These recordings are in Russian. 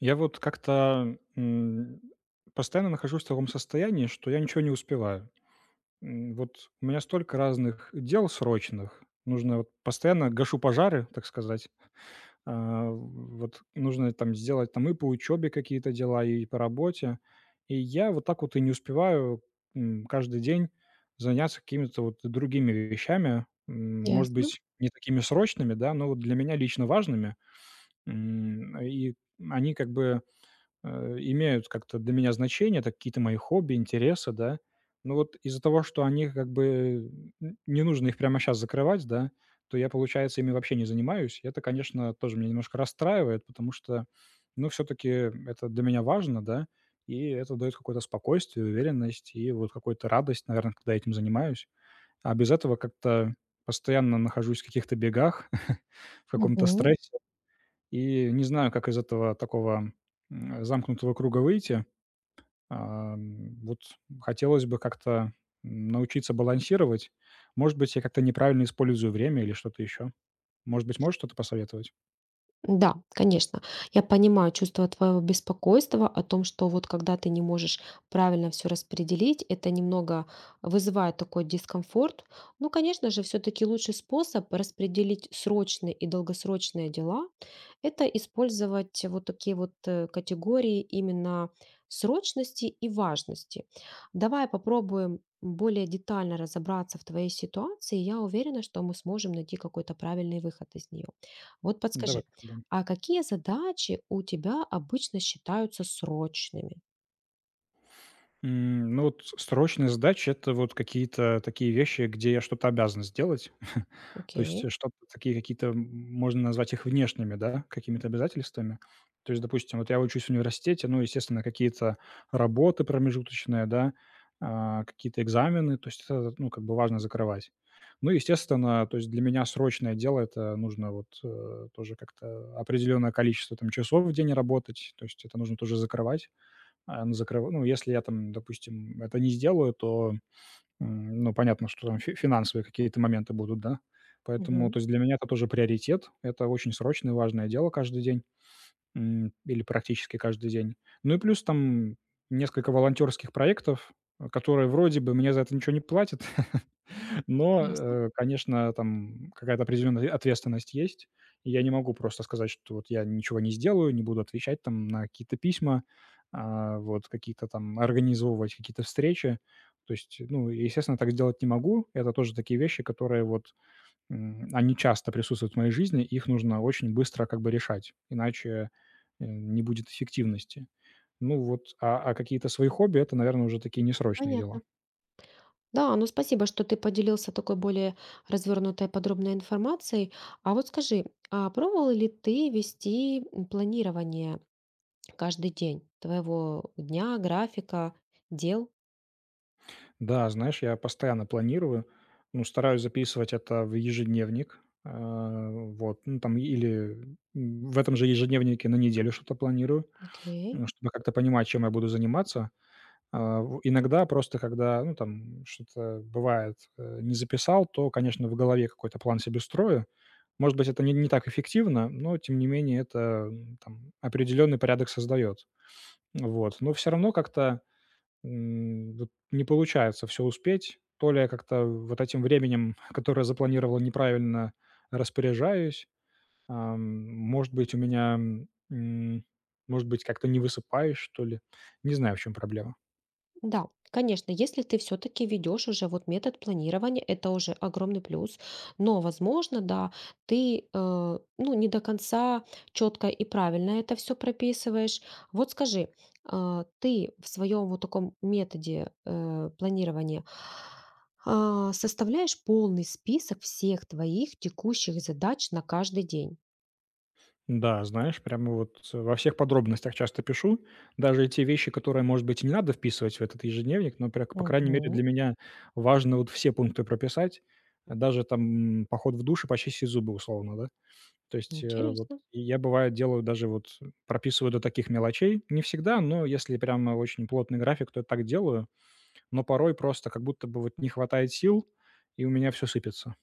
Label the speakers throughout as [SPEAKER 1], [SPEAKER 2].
[SPEAKER 1] Я вот как-то, постоянно нахожусь в таком состоянии, что я ничего не успеваю. Вот у меня столько разных дел срочных. Нужно вот постоянно гашу пожары, так сказать. Вот нужно там сделать там и по учебе какие-то дела, и по работе. И я вот так вот и не успеваю, каждый день заняться какими-то вот другими вещами. Может
[SPEAKER 2] Ясно.
[SPEAKER 1] быть, не такими срочными, да, но вот для меня лично важными. И они как бы имеют как-то для меня значение, это какие-то мои хобби, интересы, да. Но вот из-за того, что они как бы не нужно их прямо сейчас закрывать, да, то я, получается, ими вообще не занимаюсь. И это, конечно, тоже меня немножко расстраивает, потому что, ну, все-таки это для меня важно, да, и это дает какое-то спокойствие, уверенность и вот какую-то радость, наверное, когда я этим занимаюсь. А без этого как-то постоянно нахожусь в каких-то бегах, в каком-то
[SPEAKER 2] Мгм.
[SPEAKER 1] стрессе, и не знаю, как из этого такого замкнутого круга выйти. Вот хотелось бы как-то научиться балансировать. Может быть, я как-то неправильно использую время или что-то еще. Может быть, можешь что-то посоветовать?
[SPEAKER 2] Да, конечно. Я понимаю чувство твоего беспокойства о том, что вот когда ты не можешь правильно все распределить, это немного вызывает такой дискомфорт. Ну, конечно же, все-таки лучший способ распределить срочные и долгосрочные дела — это использовать вот такие вот категории именно срочности и важности. Давай попробуем более детально разобраться в твоей ситуации, я уверена, что мы сможем найти какой-то правильный выход из нее. Вот
[SPEAKER 1] Давай
[SPEAKER 2] подскажи,
[SPEAKER 1] попробуем.
[SPEAKER 2] а какие задачи у тебя обычно считаются срочными?
[SPEAKER 1] Ну, вот срочные задачи – это вот какие-то такие вещи, где я что-то обязан сделать. То есть,
[SPEAKER 2] Окей.
[SPEAKER 1] что такие какие-то, можно назвать их внешними, да, какими-то обязательствами. То есть, допустим, вот я учусь в университете, ну, естественно, какие-то работы промежуточные, да, какие-то экзамены, то есть это, ну, как бы важно закрывать. Ну, естественно, то есть для меня срочное дело - это нужно вот, тоже как-то определенное количество там часов в день работать, то есть это нужно тоже закрывать. Ну, закрыва ну, если я там, допустим, это не сделаю, то ну, понятно, что там фи финансовые какие-то моменты будут, да. Поэтому,
[SPEAKER 2] Мгм.
[SPEAKER 1] то есть для меня это тоже приоритет. Это очень срочное, важное дело каждый день. Или практически каждый день. Ну и плюс там несколько волонтерских проектов, которые вроде бы мне за это ничего не платят, но,
[SPEAKER 2] Ясно.
[SPEAKER 1] конечно, там какая-то определенная ответственность есть. И я не могу просто сказать, что вот я ничего не сделаю, не буду отвечать там на какие-то письма, вот какие-то там организовывать какие-то встречи. То есть, ну, естественно, так сделать не могу. Это тоже такие вещи, которые они часто присутствуют в моей жизни, их нужно очень быстро как бы решать, иначе, не будет эффективности. Ну вот, а какие-то свои хобби - это, наверное, уже такие несрочные дела.
[SPEAKER 2] Понятно. Да, ну спасибо, что ты поделился такой более развернутой подробной информацией. А вот скажи, а пробовал ли ты вести планирование каждый день твоего дня, графика, дел?
[SPEAKER 1] Да, знаешь, я постоянно планирую, ну, стараюсь записывать это в ежедневник, вот, ну, там или, в этом же ежедневнике на неделю что-то планирую,
[SPEAKER 2] Окей.
[SPEAKER 1] чтобы как-то понимать, чем я буду заниматься. В иногда просто, когда, ну, там что-то бывает, не записал, то, конечно, в голове какой-то план себе строю. Может быть, это не так эффективно, но тем не менее это, там определенный порядок создает. Вот. Но все равно как-то, вот не получается все успеть. То ли я как-то вот этим временем, которое запланировал, неправильно распоряжаюсь. Ам, Может быть, у меня, м, может быть, как-то не высыпаюсь, что ли. Не знаю, в чем проблема.
[SPEAKER 2] Да, конечно, если ты все-таки ведешь уже вот метод планирования, это уже огромный плюс. Но, возможно, да, ты ну, не до конца четко и правильно это все прописываешь. Вот скажи, а, ты в своем вот таком методе планирования а, составляешь полный список всех твоих текущих задач на каждый день?
[SPEAKER 1] Да, знаешь, прямо вот во всех подробностях часто пишу. Даже и те вещи, которые, может быть, и не надо вписывать в этот ежедневник, но, по крайней мере, для
[SPEAKER 2] Мгм.
[SPEAKER 1] меня важно вот все пункты прописать. Даже там поход в душ и почистить зубы, условно, да. То есть вот
[SPEAKER 2] Интересно.
[SPEAKER 1] и я, бывает, делаю даже вот, прописываю до таких мелочей. Не всегда, но если прямо очень плотный график, то я так делаю. Но порой просто как будто бы вот не хватает сил, и у меня все сыпется.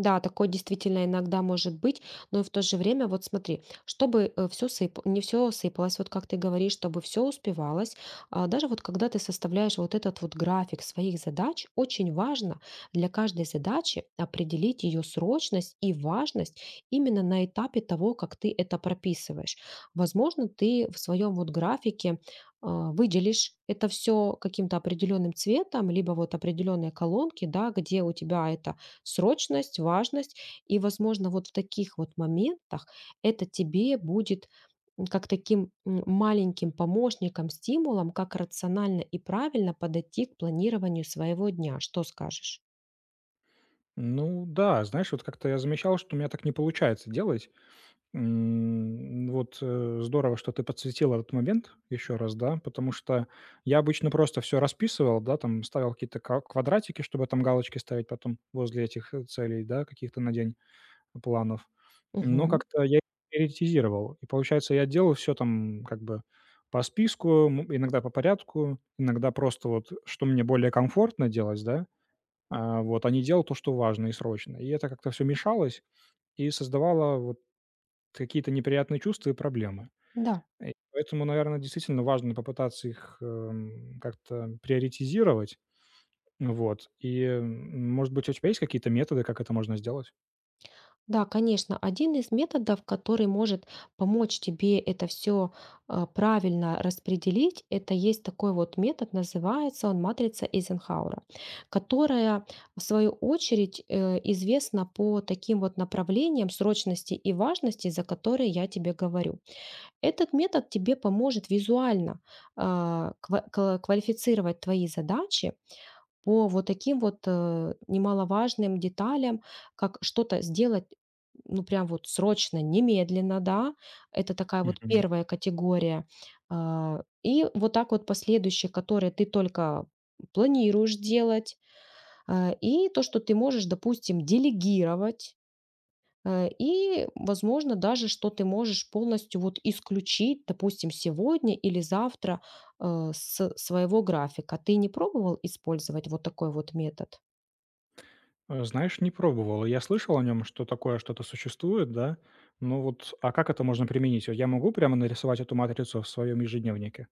[SPEAKER 2] Да, такое действительно иногда может быть, но и в то же время, вот смотри, чтобы все не все сыпалось, вот как ты говоришь, чтобы все успевалось, а, даже вот когда ты составляешь вот этот вот график своих задач, очень важно для каждой задачи определить ее срочность и важность именно на этапе того, как ты это прописываешь. Возможно, ты в своем вот графике а, выделишь это все каким-то определенным цветом, либо вот определенные колонки, да, где у тебя это срочность, важность. И, возможно, вот в таких вот моментах это тебе будет как таким маленьким помощником, стимулом, как рационально и правильно подойти к планированию своего дня. Что скажешь?
[SPEAKER 1] Ну да, знаешь, вот как-то я замечал, что у меня так не получается делать. Вот, здорово, что ты подсветил этот момент еще раз, да, потому что я обычно просто все расписывал, да, там ставил какие-то ка квадратики, чтобы там галочки ставить потом возле этих, целей, да, каких-то на день планов. Но
[SPEAKER 2] Мгм.
[SPEAKER 1] как-то я их приоритизировал. И получается, я делал все там как бы по списку, иногда по порядку, иногда просто вот, что мне более комфортно делать, да, а не делал то, что важно и срочно. И это как-то все мешалось и создавало какие-то неприятные чувства и проблемы.
[SPEAKER 2] Да,
[SPEAKER 1] И поэтому, наверное, действительно важно попытаться их, как-то приоритизировать. Вот. И, может быть, у тебя есть какие-то методы, как это можно сделать?
[SPEAKER 2] Да, конечно, один из методов, который может помочь тебе это все правильно распределить, это есть такой вот метод, называется он матрица Эйзенхауэра, которая, в свою очередь, известна по таким вот направлениям срочности и важности, за которые я тебе говорю. Этот метод тебе поможет визуально а, квалифицировать твои задачи по вот таким вот, немаловажным деталям, как что-то сделать, ну, прям вот срочно, немедленно, да. Это такая вот
[SPEAKER 1] Мгм.
[SPEAKER 2] первая категория. А, и вот так вот последующие, которые ты только планируешь делать, а, и то, что ты можешь, допустим, делегировать, и, возможно, даже что ты можешь полностью вот исключить, допустим, сегодня или завтра, с своего графика. Ты не пробовал использовать вот такой вот метод?
[SPEAKER 1] Знаешь, не пробовал. Я слышал о нем, что такое что-то существует, да. Ну вот, а как это можно применить? Вот я могу прямо нарисовать эту матрицу в своем ежедневнике?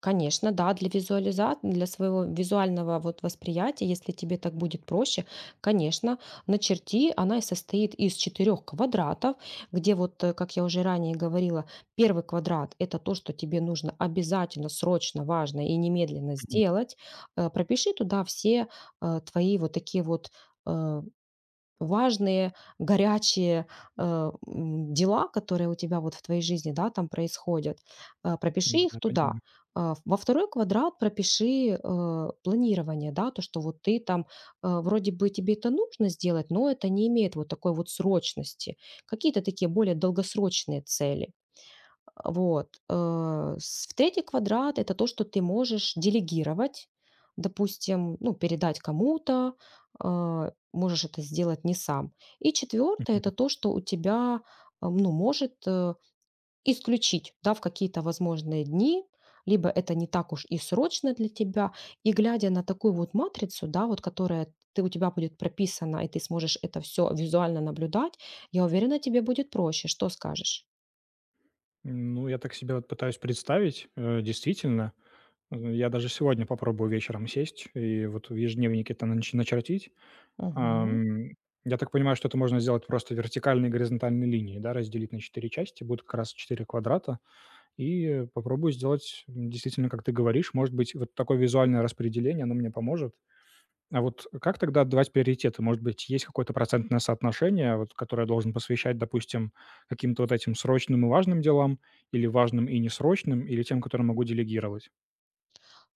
[SPEAKER 2] Конечно, да, для визуализации, для своего визуального вот восприятия, если тебе так будет проще, конечно, начерти. Она и состоит из четырех квадратов, где вот, как я уже ранее говорила, первый квадрат — это то, что тебе нужно обязательно, срочно, важно и немедленно
[SPEAKER 1] Мгм.
[SPEAKER 2] сделать. Пропиши туда все, твои вот такие вот, э, важные, горячие, дела, которые у тебя вот в твоей жизни, да, там происходят, пропиши их
[SPEAKER 1] Да,
[SPEAKER 2] туда.
[SPEAKER 1] понимаю.
[SPEAKER 2] А, во второй квадрат пропиши, планирование, да, то, что вот ты там, вроде бы тебе это нужно сделать, но это не имеет вот такой вот срочности. Какие-то такие более долгосрочные цели. Вот. В третий квадрат это то, что ты можешь делегировать, допустим, ну, передать кому-то, можешь это сделать не сам. И четвертое это то, что у тебя э, ну, может э, исключить да, в какие-то возможные дни, либо это не так уж и срочно для тебя. И глядя на такую вот матрицу, да, у тебя будет прописана, и ты сможешь это все визуально наблюдать, я уверена, тебе будет проще. Что скажешь?
[SPEAKER 1] Ну, я так себе вот пытаюсь представить, действительно. Я даже сегодня попробую вечером сесть и вот в ежедневнике это начертить.
[SPEAKER 2] Мгм.
[SPEAKER 1] Ам, я так понимаю, что это можно сделать просто вертикальной и горизонтальной линией, да, разделить на 4 части, будет как раз 4 квадрата. И, попробую сделать, действительно, как ты говоришь, может быть, вот такое визуальное распределение, оно мне поможет. А вот как тогда отдавать приоритеты? Может быть, есть какое-то процентное соотношение, вот, которое должен посвящать, допустим, каким-то вот этим срочным и важным делам, или важным и несрочным, или тем, которые могу делегировать?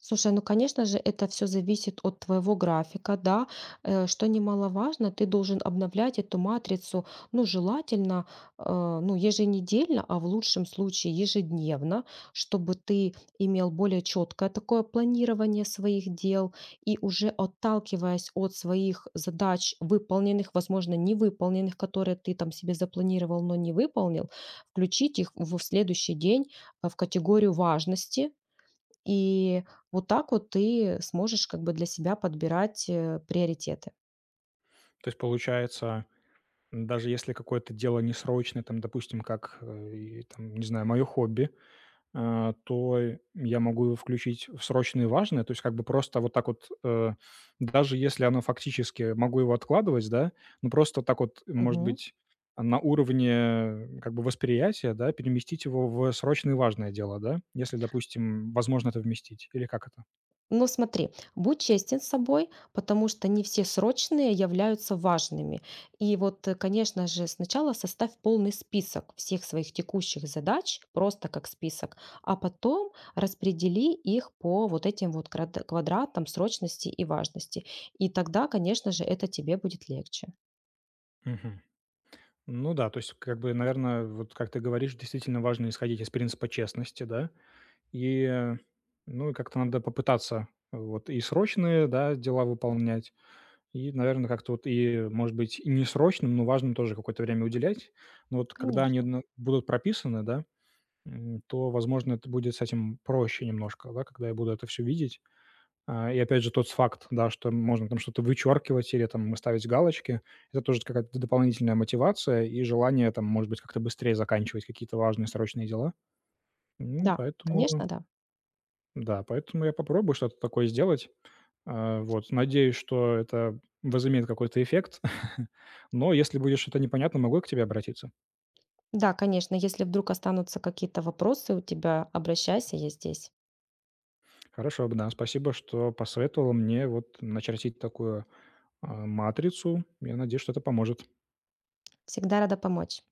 [SPEAKER 2] Слушай, ну, конечно же, это все зависит от твоего графика, да. Что немаловажно, ты должен обновлять эту матрицу, ну, желательно, ну, еженедельно, а в лучшем случае ежедневно, чтобы ты имел более четкое такое планирование своих дел и уже отталкиваясь от своих задач выполненных, возможно, невыполненных, которые ты там себе запланировал, но не выполнил, включить их в следующий день, в категорию важности, и вот так вот ты сможешь как бы для себя подбирать приоритеты.
[SPEAKER 1] То есть получается, даже если какое-то дело несрочное, там, допустим, как, и там, не знаю, мое хобби, то я могу его включить в срочное и важное. То есть как бы просто вот так вот, даже если оно фактически могу его откладывать, да, ну просто вот так вот, может
[SPEAKER 2] Мгм.
[SPEAKER 1] быть, на уровне как бы восприятия, да, переместить его в срочное и важное дело, да, если, допустим, возможно это вместить, или как это?
[SPEAKER 2] Но смотри, будь честен с собой, потому что не все срочные являются важными. И вот, конечно же, сначала составь полный список всех своих текущих задач, просто как список, а потом распредели их по вот этим вот квадратам срочности и важности. И тогда, конечно же, это тебе будет легче.
[SPEAKER 1] Мгм. Ну да, то есть, как бы, наверное, вот как ты говоришь, действительно важно исходить из принципа честности, да, и, ну, и как-то надо попытаться вот и срочные, да, дела выполнять, и, наверное, как-то вот и, может быть, и несрочным, но важным тоже какое-то время уделять. Но вот когда они
[SPEAKER 2] Конечно.
[SPEAKER 1] на будут прописаны, да, то, возможно, это будет с этим проще немножко, да, когда я буду это все видеть. И опять же тот факт, да, что можно там что-то вычеркивать или там ставить галочки, это тоже какая-то дополнительная мотивация и желание там, может быть, как-то быстрее заканчивать какие-то важные срочные дела. М,
[SPEAKER 2] Да,
[SPEAKER 1] поэтому
[SPEAKER 2] конечно, да.
[SPEAKER 1] Да, поэтому я попробую что-то такое сделать. Вот, надеюсь, что это возымеет какой-то эффект, но если будет что-то непонятно, могу я к тебе обратиться?
[SPEAKER 2] Да, конечно, если вдруг останутся какие-то вопросы у тебя, обращайся, я здесь.
[SPEAKER 1] Хорошо, да, спасибо, что посоветовал мне вот начертить такую, матрицу. Я надеюсь, что это поможет.
[SPEAKER 2] Всегда рада помочь.